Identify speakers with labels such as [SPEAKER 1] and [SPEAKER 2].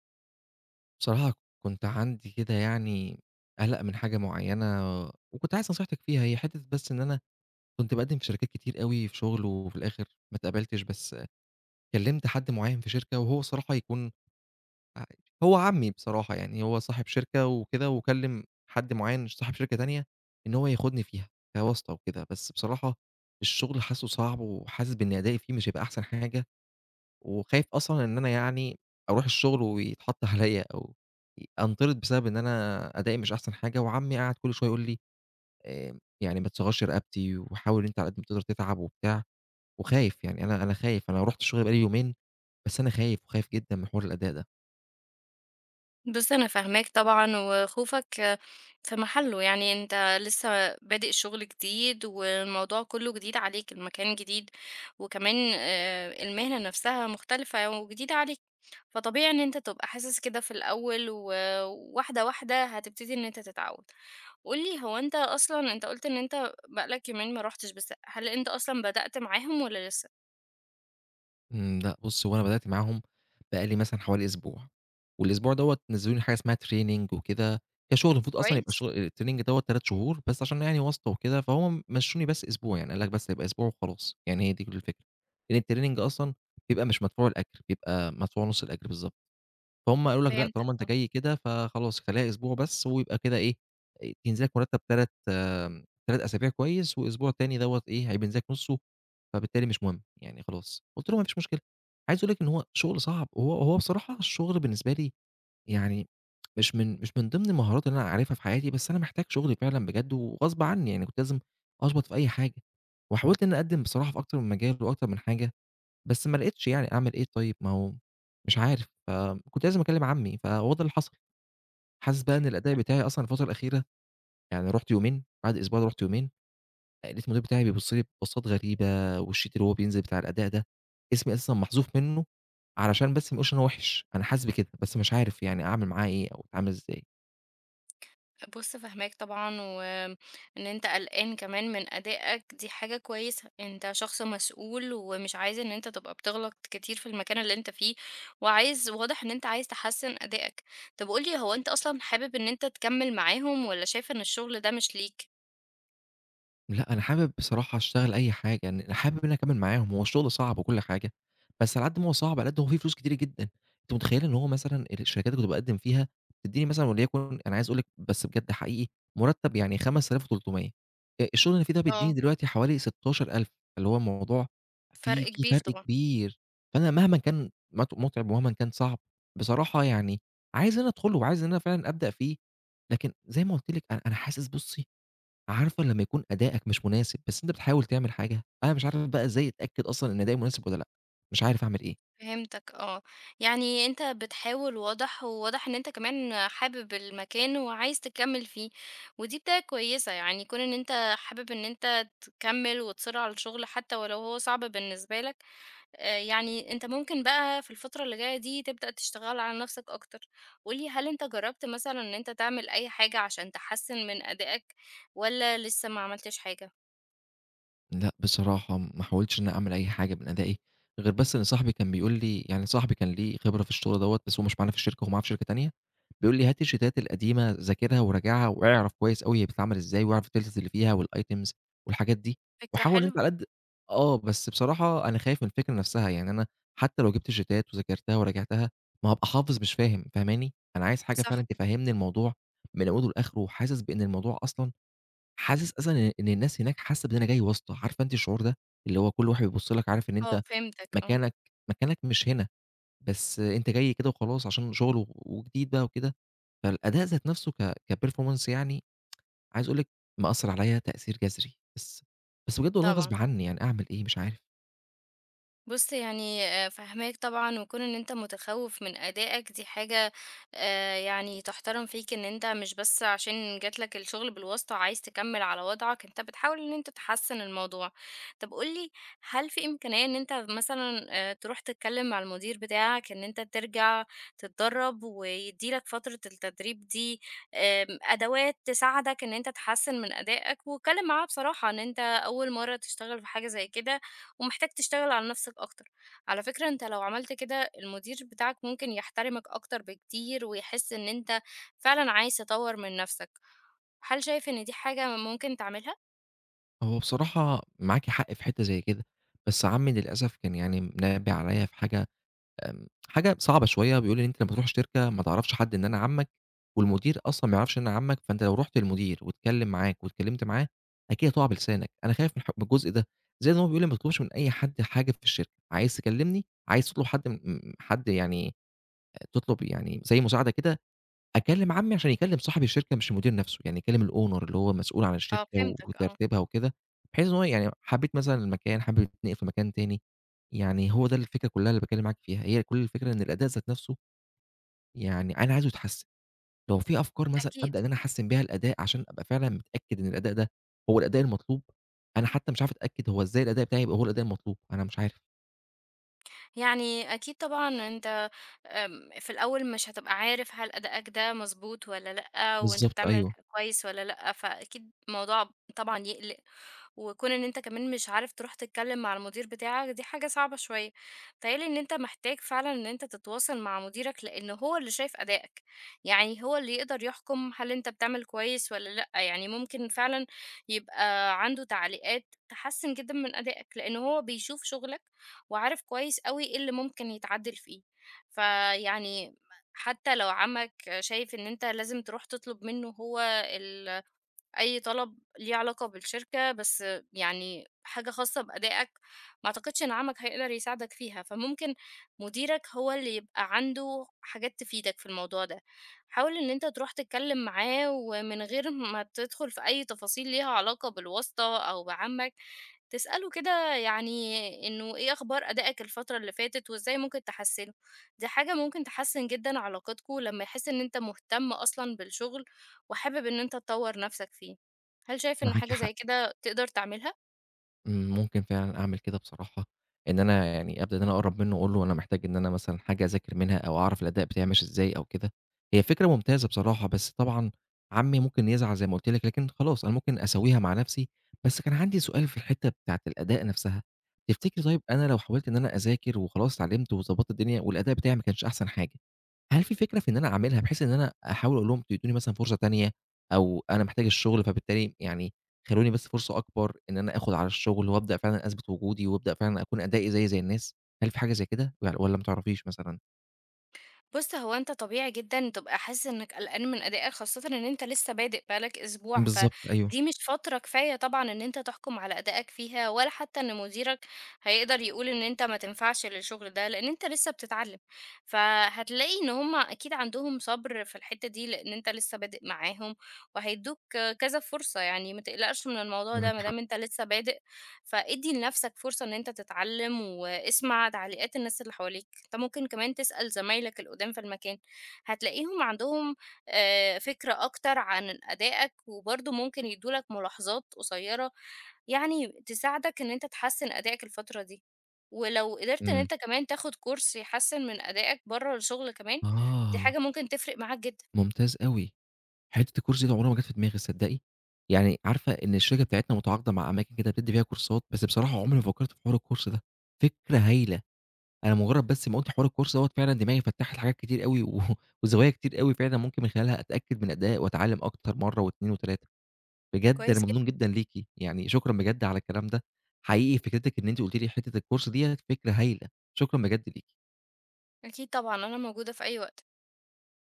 [SPEAKER 1] بصراحة كنت عندي كده يعني قلق من حاجة معيّنة وكنت عايز نصيحتِك فيها، هي حتّة بس إن أنا كنت باقدّم في شركات كتير أوي في شغل وفي الآخر ما اتقبلتش، بس كلّمت حد معيّن في شركة وهو الصراحة يكون ع هو عمّي بصراحة، يعني هو صاحب شركة وكده وكلّم حد معيّن صاحب شركة تانية إن هو ياخدني فيها كواسطة وكده، بس بصراحة الشغل حاسّه صعب وحاسس بإن أدائي فيه مش هيبقى أحسن حاجة وخايف أصلًا إن أنا يعني أروح الشغل ويتحط عليّا أو أنطرد بسبب إن أنا أدائي مش أحسن حاجة، وعمي قاعد كل شوية يقول لي يعني "ما تصغّرش رقبتي، وحاول أنت على قد ما تقدر تتعب،" وبتاع، وخايف يعني أنا خايف، أنا رُحت الشغل بقى لي يومين، بس أنا خايف وخايف جدًا من حوار الأداء ده.
[SPEAKER 2] بُص، أنا فاهماك طبعًا، وخوفك في محله، يعني أنت لسه بادئ شغل جديد، والموضوع كله جديد عليك، المكان جديد، وكمان المهنة نفسها مختلفة وجديدة عليك، فطبيعي إن أنت تبقى حاسس كده في الأول، وواحدة واحدة هتبتدي إن أنت تتعود. قُل لي هو أنت أصلًا قُلت إن أنت بقى لك يومين ما رُحتش، بس هل أنت أصلًا بدأت معاهم والّا لسه؟
[SPEAKER 1] لأ بُص، هو أنا بدأت معاهم بقى لي مثلًا حوالي أسبوع، والأسبوع دوّة نزّلوا لي حاجة اسمها training وكده، كشغل المفروض أصلًا يبقى
[SPEAKER 2] كويس.
[SPEAKER 1] الشغل الtraining دوّة 3 شهور، بس عشان يعني واسطة وكده، فهُم مشّوني بس أسبوع، يعني قال لك بس هيبقى أسبوع وخلاص، يعني هي دي كل الفكرة، لإن الtraining أصلًا بيبقى مش مدفوع الأجر، بيبقى مدفوع نُص الأجر بالضبط. فهُم قالوا لك لأ، طالما
[SPEAKER 2] فهمت.
[SPEAKER 1] أنت جاي كده فخلاص خلّيها أسبوع بس، ويبقى كده إيه، ينزل لك مرتّب 3 أسابيع كويس، وأسبوع تاني دوّة إيه، هيبقى لك نُصّه، فبالتالي مش مهم، يعني خلاص. قُلت له: "ما فيش مشكلة." عايز أقول لك إن هو شغل صعب، وهو بصراحة الشغل بالنسبة لي يعني مش من ضمن المهارات اللي أنا عارفها في حياتي، بس أنا محتاج شغل فعلًا بجد وغصب عني، يعني كنت لازم أشبط في أي حاجة، وحاولت إنّي أقدّم بصراحة في أكتر من مجال وأكتر من حاجة. بس ما لقيتش يعني أعمل إيه طيب، ما هو مش عارف، فكنت لازم أكلم عمي، فهو ده اللي حصل. حاسس بقى إن الأداء بتاعي أصلًا الفترة الأخيرة يعني رُحت يومين، بعد أسبوع ده رُحت يومين، لقيت المدير بتاعي بيبُص لي ببصات غريبة، والsheet اللي هو بينزل بتاع الأداء ده، اسمي أساسًا محذوف منه علشان بس ما يقولش إن أنا وِحِش، أنا حاسس بكده، بس مش عارف يعني أعمل معاه إيه أو أتعامل إزاي.
[SPEAKER 2] بُص فاهماك طبعًا، وإن أنت قلقان كمان من أدائك دي حاجة كويسة، أنت شخص مسؤول ومش عايز إن أنت تبقى بتغلط كتير في المكان اللي أنت فيه، وعايز واضح إن أنت عايز تحسّن أدائك. طب قُل لي هو أنت أصلًا حابب إن أنت تكمّل معاهم والّا شايف إن الشغل ده مش ليك؟
[SPEAKER 1] لأ، أنا حابب بصراحة أشتغل أي حاجة، يعني أنا حابب إن أنا أكمّل معاهم، هو الشغل صعب وكل حاجة، بس على قد ما هو صعب، على قد هو فيه فلوس كتيرة جدًا، أنتِ متخيّلة إن هو مثلًا الشركات اللي كنت باقدّم فيها بتدّيني مثلًا وليكن أنا عايز أقول لِك بس بجد حقيقي مرتّب يعني 5300 الشغل اللي أنا فيه ده بيدّيني
[SPEAKER 2] آه.
[SPEAKER 1] دلوقتي حوالي 16000 اللي هو الموضوع فيه
[SPEAKER 2] فرق
[SPEAKER 1] فيه
[SPEAKER 2] كبير
[SPEAKER 1] فرق
[SPEAKER 2] طبعًا.
[SPEAKER 1] كبير، فأنا مهما كان مُتعب ومهما كان صعب، بصراحة يعني عايز إن أنا أدخله وعايز إن أنا فعلًا أبدأ فيه، لكن زي ما قُلت لِك أنا حاسس بُصّي عارفة لمّا يكون أدائك مش مناسب، بس أنت بتحاول تعمل حاجة، أنا مش عارف بقى إزاي أتأكد أصلًا إن أدائي مناسب والّا لأ، مش عارف أعمل إيه.
[SPEAKER 2] فهمتك، آه، يعني أنت بتحاول واضح وواضح إن أنت كمان حابب المكان وعايز تكمّل فيه، ودي بداية كويسة يعني كون إن أنت حابب إن أنت تكمّل وتصِرّ على الشغل حتى ولو هو صعب بالنسبة لك. يعني أنت ممكن بقى في الفترة اللي جاية دي تبدأ تشتغل على نفْسك أكتر. قُل لي هل أنت جرّبت مثلًا إن أنت تعمل أي حاجة عشان تحسّن من أدائك والّا لسه ما عملتش حاجة؟
[SPEAKER 1] لأ، بصراحة ما حاولتش إن أنا أعمل أي حاجة من أدائي، غير بس إن صاحبي كان بيقول لي يعني صاحبي كان ليه خبرة في الشغل دوّة، بس هو مش معانا في الشركة، هو معاه في شركة تانية، بيقول لي: "هات الشيتات القديمة ذاكرها وراجعها واعرف كويس أوي هي بتتعمل إزاي واعرف الtilts اللي فيها والitems والحاجات دي،
[SPEAKER 2] فكرة
[SPEAKER 1] وحاول إن أنت
[SPEAKER 2] حلوة.
[SPEAKER 1] على قد" آه، بس بصراحة أنا خايف من الفكرة نفسها، يعني أنا حتى لو جبت الشيتات وذاكرتها وراجعتها، ما هابقى حافظ مش فاهم، فاهماني؟ أنا عايز حاجة فعلًا
[SPEAKER 2] صح.
[SPEAKER 1] تفهّمني الموضوع من أوله لآخره، وحاسس بإن الموضوع أصلًا حاسس أصلًا إن الناس هناك حاسة بإن أنا جاي واسطة، عارفة أنتِ الشعور ده؟ اللي هو كل واحد بيبُص لك عارف إن
[SPEAKER 2] آه،
[SPEAKER 1] أنت
[SPEAKER 2] فهمتك، آه.
[SPEAKER 1] مكانك مكانك مش هنا، بس أنت جاي كده وخلاص عشان شغل وجديد بقى وكده، فالأداء ذات نفسه ك كperformance يعني عايز أقول لِك مأثّر عليَّ تأثير جذري، بس بجد والله غصب
[SPEAKER 2] طبعًا.
[SPEAKER 1] عني يعني أعمل إيه مش عارف.
[SPEAKER 2] بُص يعني فاهماك طبعًا، وكون إن أنت متخوّف من أدائك دي حاجة يعني تُحترم فيك إن أنت مش بس عشان جات لك الشغل بالواسطة عايز تكمّل على وضعك، أنت بتحاول إن أنت تحسّن الموضوع. طب قُل لي هل في إمكانية إن أنت مثلًا تروح تتكلّم مع المدير بتاعك إن أنت ترجع تتدرّب ويدّي لك فترة التدريب دي أدوات تساعدك إن أنت تحسّن من أدائك، واتكلّم معاه بصراحة إن أنت أول مرّة تشتغل في حاجة زي كده ومحتاج تشتغل على نفسك أكتر. على فكرة أنت لو عملت كده المدير بتاعك ممكن يحترمك أكتر بكتير ويحس إن أنت فعلًا عايز تطوّر من نفسك. هل شايف إن دي حاجة ممكن تعملها؟
[SPEAKER 1] هو بصراحة معاكِ حق في حتّة زي كده، بس عمي للأسف كان يعني منبّه عليَّ في حاجة حاجة صعبة شوية، بيقول لي: إن "أنت لمّا تروح الشركة ما تعرفش حد إن أنا عمك، والمدير أصلًا ما يعرفش إن أنا عمك، فأنت لو رُحت للمدير واتكلم معاك واتكلمت معاه، أكيد هتقع بلسانك." أنا خايف من من الجزء ده، زائد إن هو بيقول لي: "ما تطلبش من أي حد حاجة في الشركة، عايز تكلمني، عايز تطلب حد م م حد يعني تطلب يعني زي مساعدة كده، أكلّم عمي عشان يكلّم صاحب الشركة مش المدير نَفْسه، يعني يكلّم الowner اللي هو مسؤول عن
[SPEAKER 2] آه،
[SPEAKER 1] الشركة
[SPEAKER 2] فهمتك، آه.
[SPEAKER 1] وترتيبها وكده، بحيث إن هو يعني حبّيت مثلًا المكان، حابب يتنقل في مكان تاني، يعني هو ده الفكرة كُلّها اللي باكلّم معاك فيها، هي كل الفكرة إن الأداء ذات نَفْسه يعني أنا عايزه يتحسّن، لو في أفكار مثلًا أبدأ
[SPEAKER 2] أكيد.
[SPEAKER 1] إن أنا أحسّن بيها الأداء عشان أبقى فعلًا متأكد إن الأداء ده هو الأداء المطلوب، أنا حتى مش عارف أتأكد هو إزاي الأداء بتاعي يبقى هو الأداء المطلوب، أنا مش عارف.
[SPEAKER 2] يعني أكيد طبعًا أنت في الأول مش هتبقى عارف هل أدائك ده مضبوط والّا لأ، وأنت
[SPEAKER 1] بالضبط
[SPEAKER 2] بتعمل
[SPEAKER 1] أيوه،
[SPEAKER 2] كويس والّا لأ، فأكيد الموضوع طبعًا يقلق، وكون إن أنت كمان مش عارف تروح تتكلم مع المدير بتاعك دي حاجة صعبة شوية. بيتهيأ لي إن أنت محتاج فعلًا إن أنت تتواصل مع مديرك لأنه هو اللي شايف أدائك، يعني هو اللي يقدر يحكم هل أنت بتعمل كويس والّا لأ، يعني ممكن فعلًا يبقى عنده تعليقات تحسّن جدًا من أدائك، لأنه هو بيشوف شغلك وعارف كويس أوي إيه اللي ممكن يتعدل فيه. فيعني حتى لو عمك شايف إن أنت لازم تروح تطلب منه هو ال أي طلب ليه علاقة بالشركة، بس يعني حاجة خاصة بأدائك، ما أعتقدش إن عمك هيقدر يساعدك فيها، فممكن مديرك هو اللي يبقى عنده حاجات تفيدك في الموضوع ده. حاول إن أنت تروح تتكلم معاه، ومن غير ما تدخل في أي تفاصيل ليها علاقة بالواسطة أو بعمك، تسأله كده يعني إنه إيه أخبار أدائك الفترة اللي فاتت، وإزاي ممكن تحسّنه. دي حاجة ممكن تحسّن جدًا علاقتكم لمّا يحس إن أنت مهتم أصلًا بالشغل، وحابب إن أنت تطوّر نَفْسك فيه. هل شايف إن
[SPEAKER 1] معاكِ
[SPEAKER 2] حاجة
[SPEAKER 1] حق.
[SPEAKER 2] زي كده تقدر تعملها؟
[SPEAKER 1] ممكن فعلًا أعمل كده بصراحة، إن أنا يعني أبدأ إن أنا أقرّب منه وأقول له أنا محتاج إن أنا مثلًا حاجة أذاكر منها أو أعرف الأداء بتاعي ماشي إزاي أو كده، هي فكرة ممتازة بصراحة، بس طبعًا عمي ممكن يزعل زي ما قُلت لِك، لكن خلاص أنا ممكن أسويها مع نفسي، بس كان عندي سؤال في الحتّة بتاعة الأداء نفسها، تفتكري طيب أنا لو حاولت إن أنا أذاكر وخلاص اتعلمت وضبطت الدنيا والأداء بتاعي ما كانش أحسن حاجة، هل في فكرة في إن أنا أعملها بحيث إن أنا أحاول أقول لهم ادّوني مثلًا فرصة تانية أو أنا محتاج الشغل فبالتالي يعني خلّوني بس فرصة أكبر إن أنا آخُد على الشغل وأبدأ فعلًا أثبت وجودي وأبدأ فعلًا أكون أدائي زي الناس، هل في حاجة زي كده والّا ما تعرفيش مثلًا؟
[SPEAKER 2] بُص، هو أنت طبيعي جدًا تبقى حاسس إنك قلقان من أدائك، خاصةً إن أنت لسه بادئ بقى لك أسبوع،
[SPEAKER 1] بالضبط أيوه،
[SPEAKER 2] فدي مش فترة كفاية طبعًا إن أنت تحكم على أدائك فيها، ولا حتى إن مديرك هيقدر يقول إن أنت ما تنفعش للشغل ده، لإن أنت لسه بتتعلم. فهتلاقي إن هم أكيد عندهم صبر في الحتة دي، لإن أنت لسه بادئ معاهم، وهيدوك كذا فرصة يعني، ما تقلقش من الموضوع
[SPEAKER 1] معاك
[SPEAKER 2] ده ما
[SPEAKER 1] حق.
[SPEAKER 2] دام أنت لسه بادئ، فادّي لنفسك فرصة إن أنت تتعلم، واسمع تعليقات الناس اللي حواليك. أنت ممكن كمان تسأل زمايلك القدام في المكان، هتلاقيهم عندهم فكرة أكتر عن أدائك، وبرضه ممكن يدّوا لك ملاحظات قصيرة، يعني تساعدك إن أنت تحسّن أدائك الفترة دي. ولو قدرت إن
[SPEAKER 1] إمم.
[SPEAKER 2] أنت كمان تاخد كورس يحسّن من أدائك برّه الشغل كمان، دي
[SPEAKER 1] آه،
[SPEAKER 2] حاجة ممكن تفرق معاك جدًا.
[SPEAKER 1] ممتاز أوي. حتّة الكورس دي عمرها ما جات في دماغي تصدّقي؟ يعني عارفة إن الشركة بتاعتنا متعاقدة مع أماكن كده بتدّي فيها كورسات، بس بصراحة عمري ما فكّرت في حوار الكورس ده. فكرة هايلة. أنا مجرّد بس ما قُلت حوار الكورس دوّة فعلًا دماغي فتّحت حاجات كتير أوي و وزوايا كتير أوي فعلًا ممكن من خلالها أتأكد من أدائي وأتعلّم أكتر مرّة و2 و3. بجد أنا
[SPEAKER 2] كويس جدًا.
[SPEAKER 1] ممنون جدًا ليكِ، يعني شكرًا بجد على الكلام ده، حقيقي فكرتِك إن أنتِ قُلتِ لي حتّة الكورس ديّة فكرة هايلة، شكرًا بجد ليكِ.
[SPEAKER 2] أكيد طبعًا، أنا موجودة في أي وقت.